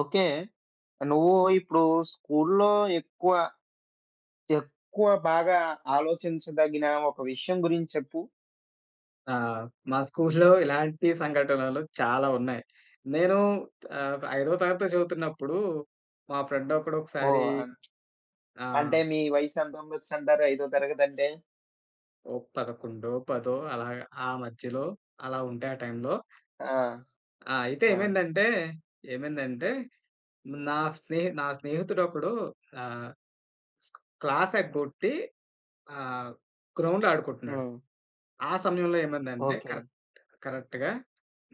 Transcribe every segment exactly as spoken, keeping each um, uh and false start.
Okay. నువ్వు ఇప్పుడు స్కూలులో ఎక్కువ, ఎక్కువ బాగా ఆలోచించదగిన ఒక విషయం గురించి చెప్పు. ఆ! మా స్కూల్‌లో ఇలాంటి సంఘటనలు చాలా ఉన్నాయి. నేను ఆహ్, ఐదో తరగతి చదువుతున్నప్పుడు మా ఫ్రెండ్ ఒకడు ఒకసారి ఓహ్! అన్ ఆహ్, అంటే మీ వయసు ఎంత ఉండొచ్చంటారు? ఐదో తరగతంటే? ఓ పదకొండు పది అలాగా ఆ మధ్యలో అలా ఉంటే ఆ టైంలో. ఆ! ఆ! అయితే ఆ! ఏమైందంటే, ఏమైందంటే నా స్నేహి నా స్నేహితుడొకడు ఆహ్, స్క్ క్లాస్ ఎగ్గొట్టి ఆహ్, గ్రౌండ్‌లో ఆడుకుంటున్నాడు. హ్మ్. ఆ సమయంలో ఏమైందంటే ఓకే. కరెక్ట్ కరెక్ట్‌గా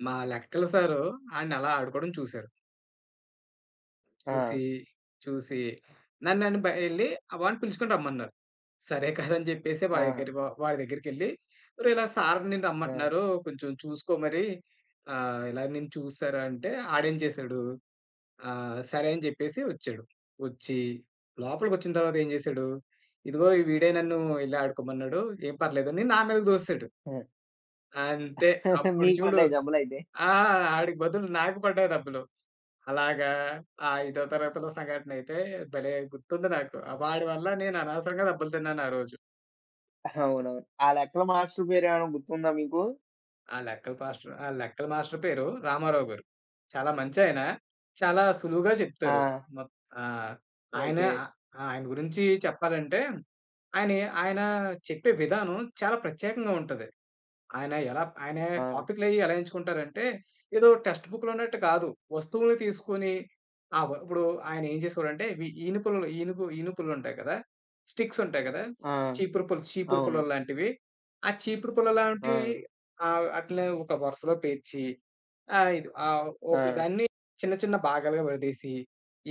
మా లెక్కల సారు ఆడిని అలా ఆడుకోవడం చూసారు. ఆ! చూసి, చూసి నన్ను నన్ను బ ఎళ్లి వాడిని పిలుచుకొని రమ్మన్నారు. సరే కాదని చెప్పేసి ఆ! వాడి దగ్గర వ వాడి దగ్గరికెళ్లి, "ఒరేయ్! ఇలా సార్ నిన్ను ఆ! రమ్మంటున్నారు. కొంచెం చూసుకో మరి." ఆహ్, ఇలా నేను చూసారా అంటే ఆడేం చేశాడు, ఆహ్, సరే అని చెప్పేసి వచ్చాడు. వచ్చి లోపలికొచ్చిన తర్వాత ఏం చేశాడు, "ఇదిగో ఈ వీడే నన్ను ఇలా ఆడుకోమన్నాడు. ఏం పర్లేదు" అని నా మీదకి దోసాడు. ఆ! అంతే. అప్పుడు మీకు చూడు. పడ్డాయి జబ్బులైతే? ఆ! ఆడికి బదులు నాకు పడ్డాయి డబ్బులు. అలాగా, ఆ ఐదో తరగతిలో సంఘటనైతే భలే గుర్తుంది నాకు. ఆ వాడి వల్ల నేను అనవసరంగా డబ్బులు తిన్నాను ఆ రోజు. అవునవును. ఆ లెక్కల మాస్టర్ పేరేమైనా గుర్తుందా మీకు? ఆ లెక్కల మాస్టర్ ఆ లెక్కల మాస్టర్ పేరు రామారావు గారు. చాలా మంచాయన. చాలా సులువుగా ఆ! చెప్తారు. మొత్ ఆ! ఆయన, ఓకే. ఆహ్, ఆయన గురించి చెప్పాలంటే, ఆయన ఆయన చెప్పే విధానం చాలా ప్రత్యేకంగా ఉంటది. ఆయన ఎలా ఆయన ఆ! టాపిక్‌లయ్యి ఎలా ఎంచుకుంటారంటే, ఏదో టెక్స్ట్ బుక్‌లో ఉన్నట్టు కాదు. వస్తువులు తీసుకొని, ఆ! వ ఇప్పుడు ఆయన ఏం చేసేవాడంటే, ఇవి ఈనుపులలు ఈనుపు ఈనుపులుంటాయి కదా! స్టిక్స్ ఉంటాయి కదా! ఆ! చీపురు పుల్ల చీపురు అవును. పుల్లలు లాంటివి. ఆ చీపురు పుల్ల ఆ! లాంటివి ఆహ్, అట్లనే ఒక వరుసలో పేర్చి, ఆహ్, ఇది ఆహ్, ఆ! ఒక దాన్ని చిన్న చిన్న భాగాలుగా విడదీసి,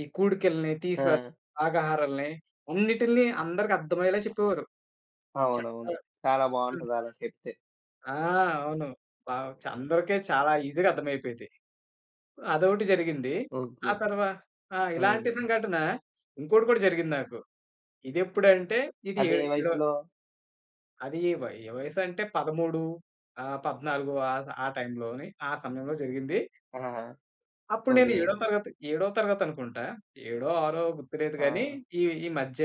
ఈ కూడికల్ని, ఆ! తీసివేత, భాగాహారాల్ని అన్నిటిల్ని అందరికి అర్థమయ్యేలా చెప్పేవారు. చెత్త అవునవును. హ్మ్. చాలా బావుంటది అలా చెప్తే. ఆ! అవును. వావ్! చ అందరికీ చాలా ఈజీ‌గా అర్థమైపోయేది. అదొకటి జరిగింది. ఓకే. ఆ తర్వా ఆ! హ్మ్. ఇలాంటి సంఘటన ఇంకోటి కూడా జరిగింది నాకు. ఇదెప్పుడంటే, ఇది అదే ఏడు ఏడో వయసులో అది వ ఏ వయసంటే పదమూడు, ఆహ్, పద్నాలుగు, ఆ స ఆ టైంలోని ఆ సమయంలో జరిగింది. ఆహా! అప్పుడు నేను ఓకే. ఏడో తరగతి ఏడో తరగతి అనుకుంటా. ఏడో, ఆరో గుర్తులేదు ఆ! గానీ ఈ ఈ మధ్య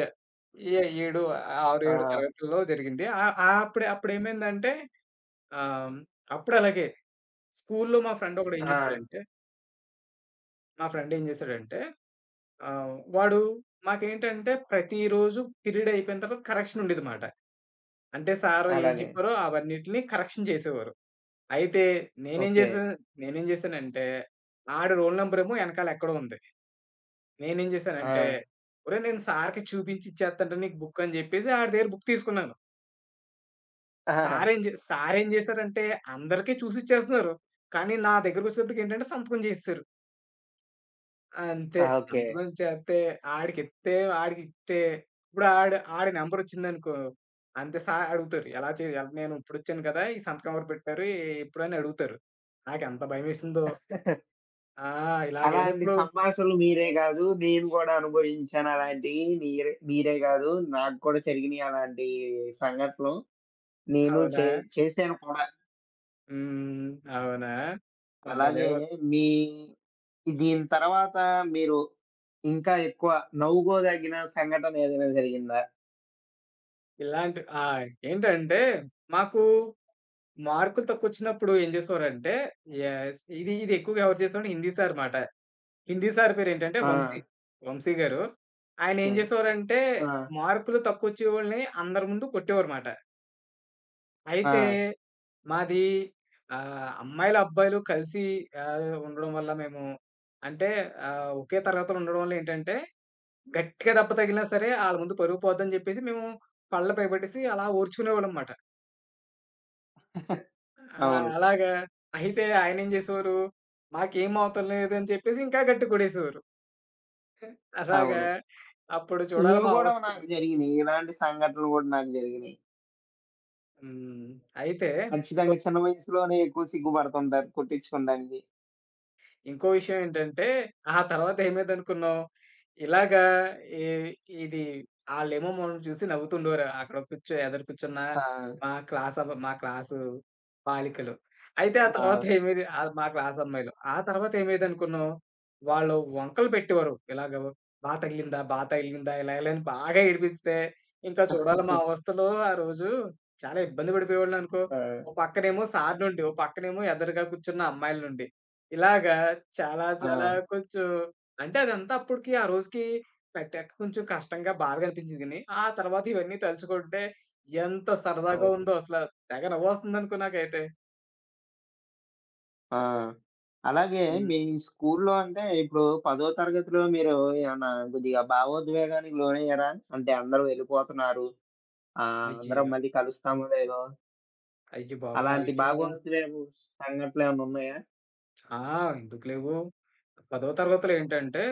ఏ ఏడు, ఆరు, ఆ! ఏడు తరగతుల్లో జరిగింది. ఆ ఆ అప్పుడు అప్పుడేమైందంటే, ఆహ్, అప్పుడు అలాగే స్కూల్లో మా ఫ్రెండొకడు ఏం ఆ! జేశాడంటే మా ఫ్రెండ్ ఏం జేశాడంటే, ఆహ్, వాడు, మాకేంటంటే ప్రతిరోజు పీరియడ్ అయిపోయిన తర్వాత కరెక్షన్ ఉండేది మాట. అంటే సారు ఏం అలాగే. చెప్పారో అవన్నిటిని కరెక్షన్ చేసేవారు. అయితే నేనేం ఓకే. జేశా నేనేం జేశానంటే, ఆడి రోల్ నంబర్ ఏమో ఎనకాల ఎక్కడో ఉంది. నేనేం ఆ! జేశానంటే, "ఒరేయ్! నేను సార్‌కి చూపించి ఇచ్చేత్తండ్రా నీకు బుక్" అని జెప్పేసి ఆడి దగ్గర బుక్ తీసుకున్నాను. ఆ! సార్ ఏం జే సార్ ఏం జేశారంటే, అందరికీ చూసిచ్చేస్తున్నారు. కానీ నా దగ్గరకొచ్చేటప్పటికి ఏంటంటే సంతకం జేసేసారు. అంతే. ఆ! ఓకే. సంతకం చేత్తే ఆడికిత్తే, ఆడికిత్తే, ఇప్పుడు ఆడు ఆడి నంబరొచ్చిందనుకో, అంతే, సా అడుగుతారు. ఎలా చే ఎలా నేను ఇప్పుడొచ్చాను కదా! ఈ సంతకం ఎవరు పెట్టారు? ఎప్పుడు అని అడుగుతారు. నాకెంత భయమేసిందో. ఆ! అలాంటి ఇలాగైనప్పుడు సంభాషణలు మీరే గాదు, నేను గూడా అనుభవించాను అలాంటియి. మీరే మీరే గాదు, నాకు కూడా జరిగినియి అలాంటి సంఘటనలు. నేను అవునా? చే చేశాను కూడా. హ్మ్. అవునా? ఆహ్, భలే అలాగే మీ దీని తర్వాత మీరు ఇంకా ఎక్కువ నవ్వుకోదగిన సంఘటన ఏదైనా జరిగిందా? ఇలాంటి. ఆ! ఏంటంటే, మాకు మార్కులు తక్కువొచ్చినప్పుడు ఏం జేసేవారంటే, యస్, ఇది ఇది ఎక్కువగా ఎవరు చేసేవారంటే హిందీ సార్ మాట. హిందీ సార్ పేరేంటంటే ఆ! వంశీ. వంశీ గారు. ఆయనేం ఓకే. జేసేవారంటే, ఆ! మార్కులు తక్కువొచ్చేవోళ్ళని అందరి ముందు కొట్టేవారుమాట. ఆ! అయితే మాది, ఆహ్, అమ్మాయిలు, అబ్బాయిలు కలిసి ఆహ్, ఉండడం వల్ల మేము, అంటే ఆహ్, ఒకే తరగతిలో ఉండడం వల్ల ఏంటంటే, గట్టిగా దెబ్బ తగిలినా సరే ఆళ్ళ ముందు పరువు పోద్దని జెప్పేసి మేము పళ్ళు పైబట్టేసి అలా ఓర్చుకునేవాళ్ళంమాట. ఆ! అవును. అలాగా, అయితే ఆయనేం జేసేవారు, మాకేం అవుతల్లేదని చెప్పేసి ఇంకా గట్టిగా కొట్టేసేవారు. అలాగా. అవును. అప్పుడు చూడాలి ఇవి మా గూడా అవస్థలు. నాకు జరిగినియి. ఇలాంటి సంఘటనలు గూడా నాకు జరిగినియి. హ్మ్. అయితే ఇంకో ఖచ్చితంగా చిన్న వయసులోనే ఎక్కువ సిగ్గుపడుతుంటారు కుట్టించుకోడానికి. ఇంకో విషయం ఏంటంటే, ఆ తర్వాత ఏమైందనుకున్నావు? ఇలాగా, ఈ ఇది ఆళ్ళేమో మనల్ని చూసి నవ్వుతుండేవారు. అక్కడ కూర్చో ఎదురు కూర్చున్న ఆ! మా క్లాస్ అబ్ మా క్లాసు బాలికలు. అయితే ఆ ఆ! తర్వాత ఏమైంది, ఆహ్, మా క్లాస్ అమ్మాయిలు. ఆ తర్వాత ఏమైందనుకున్నావు? వాళ్ళు వంకలు పెట్టేవారు. ఇలాగ, "బా తగిలిందా? బా తగిలిందా?" ఇలా ఇలా అని బాగా ఏడిపిస్తే, ఇంకా చూడాలి మా అవస్థలో ఆ రోజు. చాలా ఇబ్బంది పడిపోయేవాడిననుకో. ఆ! ఓ పక్కనేమో సార్ నుండి, ఓ పక్కనేమో ఎదురుగా కూర్చున్న అమ్మాయిల నుండి. ఇలాగా, చాలా ఆ! చాలా కొంచెం అంటే అదంతా అప్పటికి ఆ రోజుకి పెట్టాక కొంచెం కష్టంగా, బాధగా అనిపించింది గాని, ఆ తర్వాత ఇవన్నీ తలుచుకుంటే ఎంత సరదాగా అవును. ఉందో అసల, తెగ నవ్వొస్తుందనుకో నాకైతే. ఆ! అలాగే హ్మ్. మీ స్కూల్లో అంటే ఇప్పుడు 10థ్ తరగతిలో మీరు ఏమన్నా కొద్దిగా భావోద్వేగానికి లోనయ్యారా? అంటే అందరూ వెళ్ళిపోతున్నారు. ఆహ్, అందరం అయ్యో! మళ్ళీ కలుస్తామో లేదో అయ్య బాబోయ్! ఆ అలాంటి విషయం. భావోద్వేగ సంఘటనలేమన్నా ఉన్నాయా? ఆ! ఎందుకు లేవు. పదో తరగతిలో ఏంటంటే,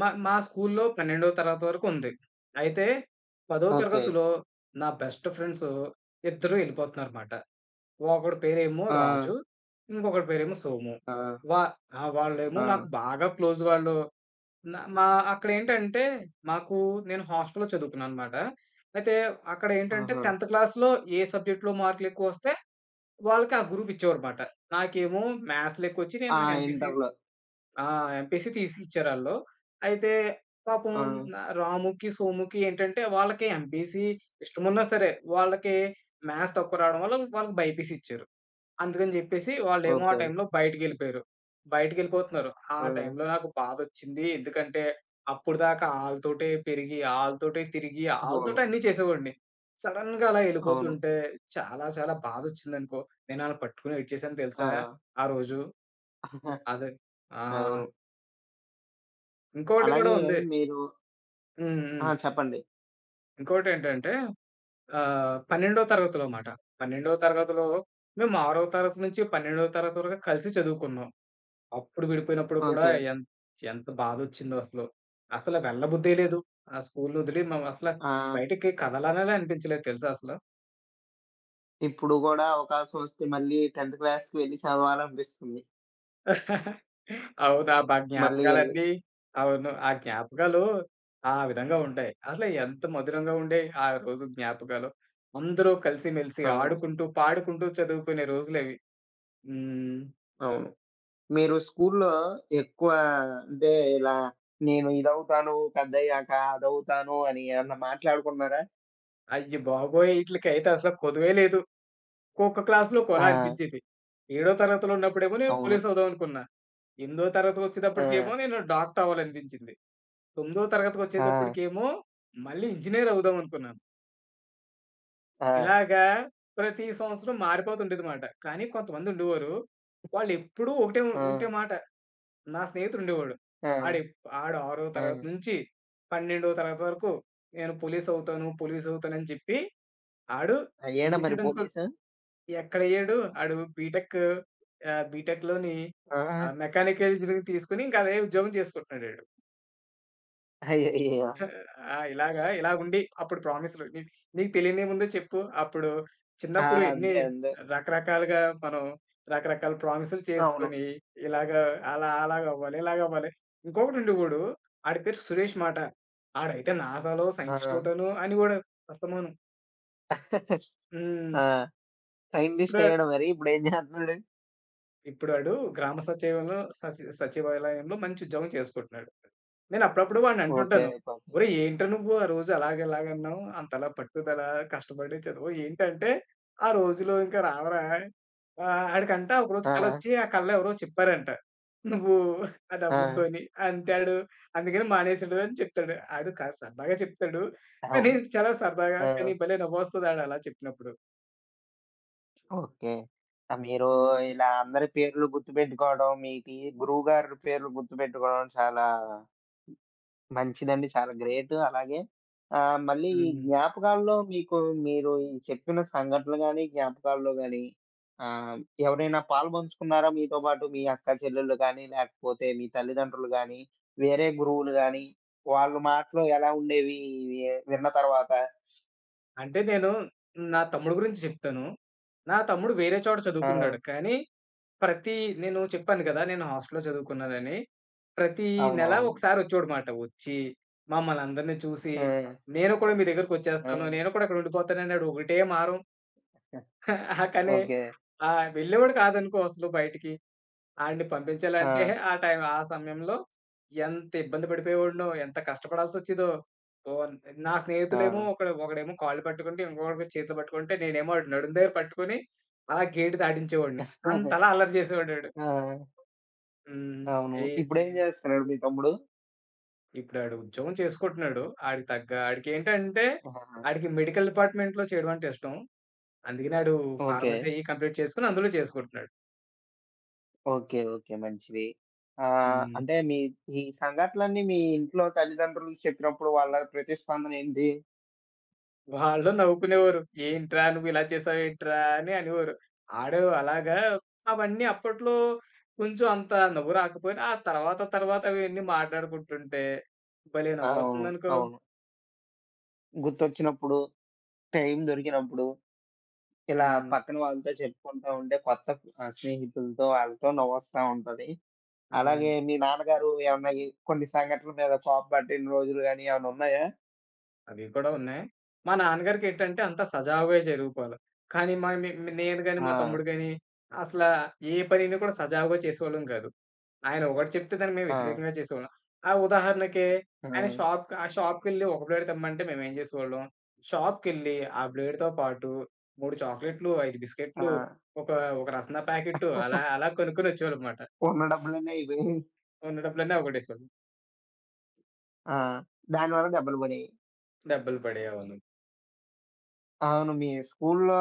మా మా స్కూల్లో పన్నెండో తరగతి వరకు ఉంది. అయితే 10వ ఓకే. తరగతిలో నా బెస్ట్ ఫ్రెండ్స్ ఇద్దరు ఎళ్ళిపోతున్నారమాట. ఒకడి పేరేమో ఆ! రాజు. ఇంకొకడి పేరేమో సోము. ఆ! వా ఆ! వాళ్ళేమో ఆ! నాకు బాగా క్లోజ్ వాళ్ళు. నా మా అక్కడేంటంటే మాకు, నేను హాస్టల్‌లో చదువుకున్నాననమాట. అయితే అక్కడేంటంటే ఆహా! 10థ్ క్లాస్‌లో ఏ సబ్జెక్ట్‌లో మార్కులెక్కువొస్తే వాళ్ళకి ఆ గ్రూప్ ఇచ్చేవారుమాట. నాకేమో మ్యాథ్స్‌లో ఎక్కువొచ్చి నేను ఆ! నాకు ఎంపీసీ, ఇంటర్‌లో. ఆ! ఎంపీసీ తీసి ఇచ్చారాళ్ళు. అయితే పాపం ఆ! నా రాముకి, సోముకి ఏంటంటే వాళ్ళకి ఎంపీసీ ఇష్టమున్నా సరే వాళ్ళకి మ్యాథ్స్ తక్కువ రావడం వల్ల వాళ్ళకి బైపీసీ ఇచ్చారు. అందుకని జెప్పేసి వాళ్ళేమో ఆ ఓకే. టైంలో బయటికెళ్ళిపోయారు. బయటికెళ్ళిపోతున్నారు. ఆ ఆ! టైంలో నాకు బాధొచ్చింది. ఎందుకంటే అప్పటిదాకా ఆళ్ళతోటే పెరిగి, ఆళ్ళతోటే తిరిగి, అవును. ఆళ్ళతోటే అన్నీ చేసేవాడిని. సడెన్‌గా అలా అవును. ఎళ్ళిపోతుంటే చాలా చాలా బాధొచ్చిందనుకో. నేను ఆళ్ళని పట్టుకొని ఏడ్చేసాను ఆ! తెలుసా ఆ రోజు. అదే, ఆ! అవును. ఇంకోటి అలాగే గూడా ఉంది. మీరు హ్మ్. ఆ! హ్మ్. చెప్పండి. ఇంకోటేంటంటే, ఆహ్, పన్నెండో తరగతిలో మాట. పన్నెండో తరగతిలో మేము ఆరో తరగతి నుంచి పన్నెండో తరగతి వరకు కలిసి చదువుకున్నాం. అప్పుడు విడిపోయినప్పుడు కూడా ఓకే. ఎంత ఎంత బాధొచ్చిందో అసలు. అసలు వెళ్ళబుద్దే లేదు. ఆ స్కూల్ వదిలి మనం అసల ఆ! బయటికి కదలాలనే అనిపించలేదు తెలుసా అసలు. ఇప్పుడు గూడా అవకాశం వస్తే మళ్ళీ 10థ్ క్లాస్‌కి వెళ్లి చదవాలనిపిస్తుంది. అవును, ఆ మా మళ్ళీ ఎళ్లి జ్ఞాపకాలన్నీ, అవును, ఆ జ్ఞాపకాలు ఆ విధంగా ఉంటాయి. అసలు ఎంత మధురంగా ఉండేయి ఆ రోజు జ్ఞాపకాలు. అందరూ కలిసిమెలిసి అవును. ఆడుకుంటూ, పాడుకుంటూ చదువుకునే రోజులవి. హ్మ్. అవును. మీరు స్కూల్లో ఎక్కువ అంటే ఇలా నేను ఇదవుతాను పెద్దయ్యాక, అదవుతాను అని ఏమన్నా మాట్లాడుకున్నారా? అయ్య బాబోయ్! ఈట్లికైతే అసలు కొదువే లేదు. ఒక్కొక్క క్లాస్‌లో ఆ! ఒకోలా అనిపించేది. ఏడో తరగతిలో ఉన్నప్పుడేమో నేను అవును. పోలీస్ అవుదాం అనుకున్నా. ఎనిమిదో తరగతికొచ్చేటప్పటికేమో ఆ! నేను డాక్టర్ అవ్వాలనిపించింది. తొమ్మిదో ఆ! తరగతికొచ్చేటప్పటికేమో మళ్ళీ ఇంజినీర్ అవుదాం అనుకున్నాను. ఆ! ఇలాగా, ప్రతి సంవత్సరం మారిపోతుండేది మాట. కానీ కొంతమందుండేవారు. వాళ్ళెప్పుడూ ఒకటే ఆ! ఒకటే మాట. నా స్నేహితుడుండేవాడు. ఆ! ఆడెప్ ఆడు ఎప్- ఆడు ఆరో ఆ! తరగతి నుంచి పన్నెండో తరగతి వరకు నేను పోలీస్ అవుతాను, పోలీస్ అవుతానని చెప్పి ఆడు ఏం అయ్యాడా మరి చేసాడనుకో, పోలీసు? ఎక్కడయ్యాడు ఆడు బీటెక్, ఆహ్, బీటెక్‌లోని ఆ! ఆహ్, మెకానికల్ ఇంజినీరింగ్ తీసుకొని ఇంకా అదే ఉద్యోగం చేసుకుంటున్నాడాడు. అయ్యయ్యో! ఆ! ఇలాగా ఇలాగుండి అప్పుడు ప్రామిస్‌లు నీ నీకు తెలియనిముందే చెప్పు. అప్పుడు ఆ! చిన్నప్పుడు ఎన్ని అంతే. అంతే. రకరకాలుగా మనం రకరకాల ప్రామిస్‌లు అవును. చేసుకొని ఇలాగా, అలా అలాగవ్వాలి, ఇలాగవ్వాలి. ఇంకొకడుండి వోడు, ఆడి పేరు సురేష్ మాట. ఆడైతే నాసాలో ఆ! సైంటిస్ట్ అవుతాను అని వోడు అస్తమాను. హ్మ్. ఆ! సైంటిస్ట్ ఇప్పుడు అయ్యాడు మరి ఇప్పుడేం జేస్తున్నాడు? ఇప్పుడు ఆడు గ్రామ సచివాలయంలో సచి సచివాలయంలో మంచి ఉద్యోగం చేసుకుంటున్నాడు. నేను అప్పుడప్పుడు వాడిని ఓకే. అంటుంటాను. పాపం. "ఒరేయ్! ఏంట్రా నువ్వు ఆ రోజు అలాగ ఇలాగన్నావు? అంతలా పట్టుదల, కష్టపడి చదువు ఏంటంటే, ఆ రోజులు ఇంకా రావురా." ఆహ్, ఆడికంట ఒకరోజు ఆ! కలొచ్చి ఆ కళలో ఎవరో చెప్పారంట, "నువ్వు అది అవ్వుద్దు" ఆ! అని. అంతే ఆడు అందుకని మానేసాడు అని చెప్తాడు. ఆడు కాస్త సరదాగా చెప్తాడు. కానీ అవును. చాలా సరదాగా, ఆ! కానీ భలే నవ్వొస్తది ఆడు అలా చెప్పినప్పుడు. ఓకే. ఆ! మీరు హ్మ్. ఇలా అందరి పేర్లు గుర్తుపెట్టుకోవడం, మీకి గురువుగారి పేర్లు గుర్తుపెట్టుకోవడం చాలా మంచిదండి. చాలా గ్రేట్. అలాగే ఆహ్, మళ్ళీ ఈ హ్మ్. జ్ఞాపకాల్లో మీకు మీరు ఈ చెప్పిన సంఘటనలు గాని, జ్ఞాపకాల్లో గాని ఆహ్, ఎవరైనా పాలుపంచుకున్నారా మీతో పాటు? మీ అక్క చెల్లెళ్ళు గాని, లేకపోతే మీ తల్లిదండ్రులు గాని, వేరే గురువులు గాని, వాళ్ళ మాటలు ఎలా ఉండేవి ఇవి విన్న తర్వాత? అంటే నేను నా తమ్ముడు గురించి చెప్తాను. నా తమ్ముడు వేరే చోట ఆ! చదువుకున్నాడు. కానీ ప్రతి నేను చెప్పాను కదా! నేను హాస్టల్‌లో చదువుకున్నానని. ప్రతి అవును. నెల అవును. ఒకసారి వచ్చేవాడుమాట. వచ్చి మమ్మల్ని అందరిని చూసి, హ్మ్. "నేను కూడా మీ దగ్గరికొచ్చేస్తాను. హ్మ్. నేను కూడా అక్కడ ఉండిపోతాను" అన్నాడు. ఒకటే మారం. కానీ ఓకే. ఆహ్, వెళ్ళేవాడు కాదనుకో అసలు బయటికి. ఆడిని పంపించాలంటే ఆ! ఆ టైం ఆ సమయంలో ఎంత ఇబ్బంది పడిపోయేవాడినో, ఎంత కష్టపడాల్సొచ్చేదో. ఓన్ నా ఆ! స్నేహితులేమో ఒకడు ఒకడేమో కాళ్ళు పట్టుకుంటే, ఇంకొకడు చేతులు పట్టుకుంటే, నేనేమో ఆడి నడుము దగ్గర పట్టుకొని, అలా గేటు దాటించేవాడిని. అంతలా అల్లరి చేసేవాడాడు. ఆ! హ్మ్. అవును. ఈ ఇప్పుడేం చేస్తున్నాడు మీ తమ్ముడు? ఇప్పుడాడు ఉద్యోగం చేసుకుంటున్నాడు. ఆడికి తగ్గ ఆడికేంటంటే, ఆహా! ఆడికి మెడికల్ డిపార్ట్‌మెంట్‌లో చేయడం అంటే ఇష్టం. అందుకనే ఆడు ఓకే. ఫార్మసీ అయ్యి కంప్లీట్ చేసుకొని అందులో చేసుకుంటున్నాడు. ఓకే. ఓకే. మంచిది. ఆహ్, హ్మ్. అంటే మీ ఈ సంఘటనలన్నీ మీ ఇంట్లో తల్లిదండ్రులకు చెప్పినప్పుడు వాళ్ళ ప్రతిస్పందన ఏంటి? వాళ్ళు నవ్వుకునేవారు. "ఏంట్రా నువ్విలా చేసావేంట్రా" అని అనేవారు. ఆడు అలాగా అవన్నీ అప్పట్లో కొంచెం అంత నవ్వు రాకపోయినా, ఆ తర్వాత తర్వాత అవన్నీ మాట్లాడుకుంటుంటే భలే అవును. నవ్వొస్తుందనుకో. అవును. గుర్తొచ్చినప్పుడు, టైం దొరికినప్పుడు ఇలా హ్మ్. పక్కన వాళ్ళతో చెప్పుకుంటా ఉంటే కొత్త ఆహ్, స్నేహితులతో ఆళ్ళతో నవ్వొస్తా ఉంటది. అవును. అలాగే మీ నాన్నగారు ఏమన్నా ఈ కొన్ని సంఘటనల మీద కోపపడిన రోజులు గాని ఏమన్నా ఉన్నాయా? అవి కూడా ఉన్నాయి. మా నాన్నగారికేంటంటే అంతా సజావుగా జరిగిపోవాలి. కానీ మా నే నేను గాని, ఆ! మా తమ్ముడు గాని అసల ఏ పనిని కూడా సజావుగా చేసేవాళ్ళం కాదు. ఆయన ఒకటి చెప్తే దానికి మేము ఆ! వ్యతిరేకంగా చేసేవాళ్ళం. ఆ ఉదాహరణకి ఆ! ఆయన షాప్‌కి ఆ షాప్‌కెళ్ళి ఒక బ్లేడ్ తెమ్మంటే మేమేం చేసేవాళ్ళం, షాప్‌కెళ్ళి ఆ బ్లేడ్‌తో పాటు మూడు చాక్లెట్లు, అయిదు ఆ! బిస్కెట్లు, ఒక ఒక రసన ప్యాకెట్టు అలా అలా కొనుక్కొనొచ్చేవాళ్ళనమాట. ఉన్న డబ్బులన్నీ అయిపోయాయి. ఉన్న డబ్బులన్నీ అవకొట్టేసేవాళ్ళం. ఆ! దానివల్ల దెబ్బలు పడాయి. డబ్బులు పడేవను. అవును. మీ స్కూల్లో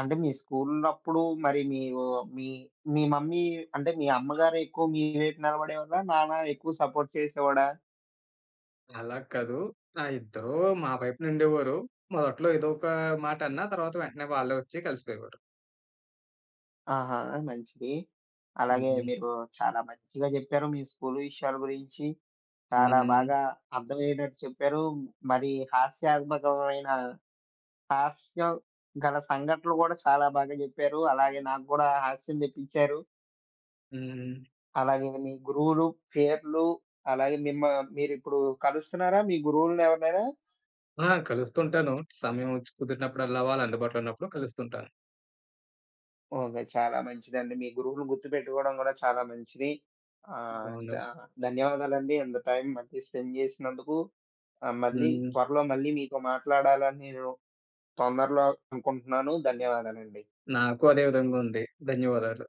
అంటే మీ స్కూలున్నప్పుడు మరి మీవు మీ మీ మమ్మీ అంటే మీ అమ్మగారు ఎక్కువ మీ వైపు నిలబడేవాళ్ళా? నాన్న ఎక్కువ సపోర్ట్ చేసేవాడా? అలా కాదు. ఆ ఇద్దరూ మా వైపున ఉండేవారు. మొదట్లో ఏదో ఒక మాట అన్నా తర్వాత వెంటనే వాళ్ళే వచ్చి కలిసిపోయేవారు. ఆహా! మంచిది. అలాగే హ్మ్. మీరు చాలా మంచిగా చెప్పారు మీ స్కూలు విషయాల గురించి. చాలా హ్మ్. బాగా అర్థమయ్యేటట్టు చెప్పారు. మరి హాస్యాత్మకమైన హాస్యం గల సంఘటనలు గూడా చాలా బాగా చెప్పారు. అలాగే నాకు గూడా హాస్యం తెప్పించారు. హ్మ్. అలాగే మీ గురువులు, పేర్లు అలాగే మిమ్మ మీరిప్పుడు కలుస్తున్నారా మీ గురువులనెవరినైనా? ఆ! కలుస్తుంటాను. సమయం కుదిరినప్పుడల్లా వాళ్ళు అందుబాటులో ఉన్నప్పుడు కలుస్తుంటాను. ఓకే. చాలా మంచిదండి. మీ గురువులు గుర్తుపెట్టుకోవడం గూడా చాలా మంచిది. ఆహ్, అవును. చా ధన్యవాదాలండి. అంత టైం మళ్ళీ స్పెండ్ చేసినందుకు. ఆహ్, మళ్ళీ హ్మ్. త్వరలో మళ్ళీ మీతో మాట్లాడాలని నేను తొందరలో అనుకుంటున్నాను. ధన్యవాదాలండి. నాకు అదే విధంగా ఉంది. ధన్యవాదాలు.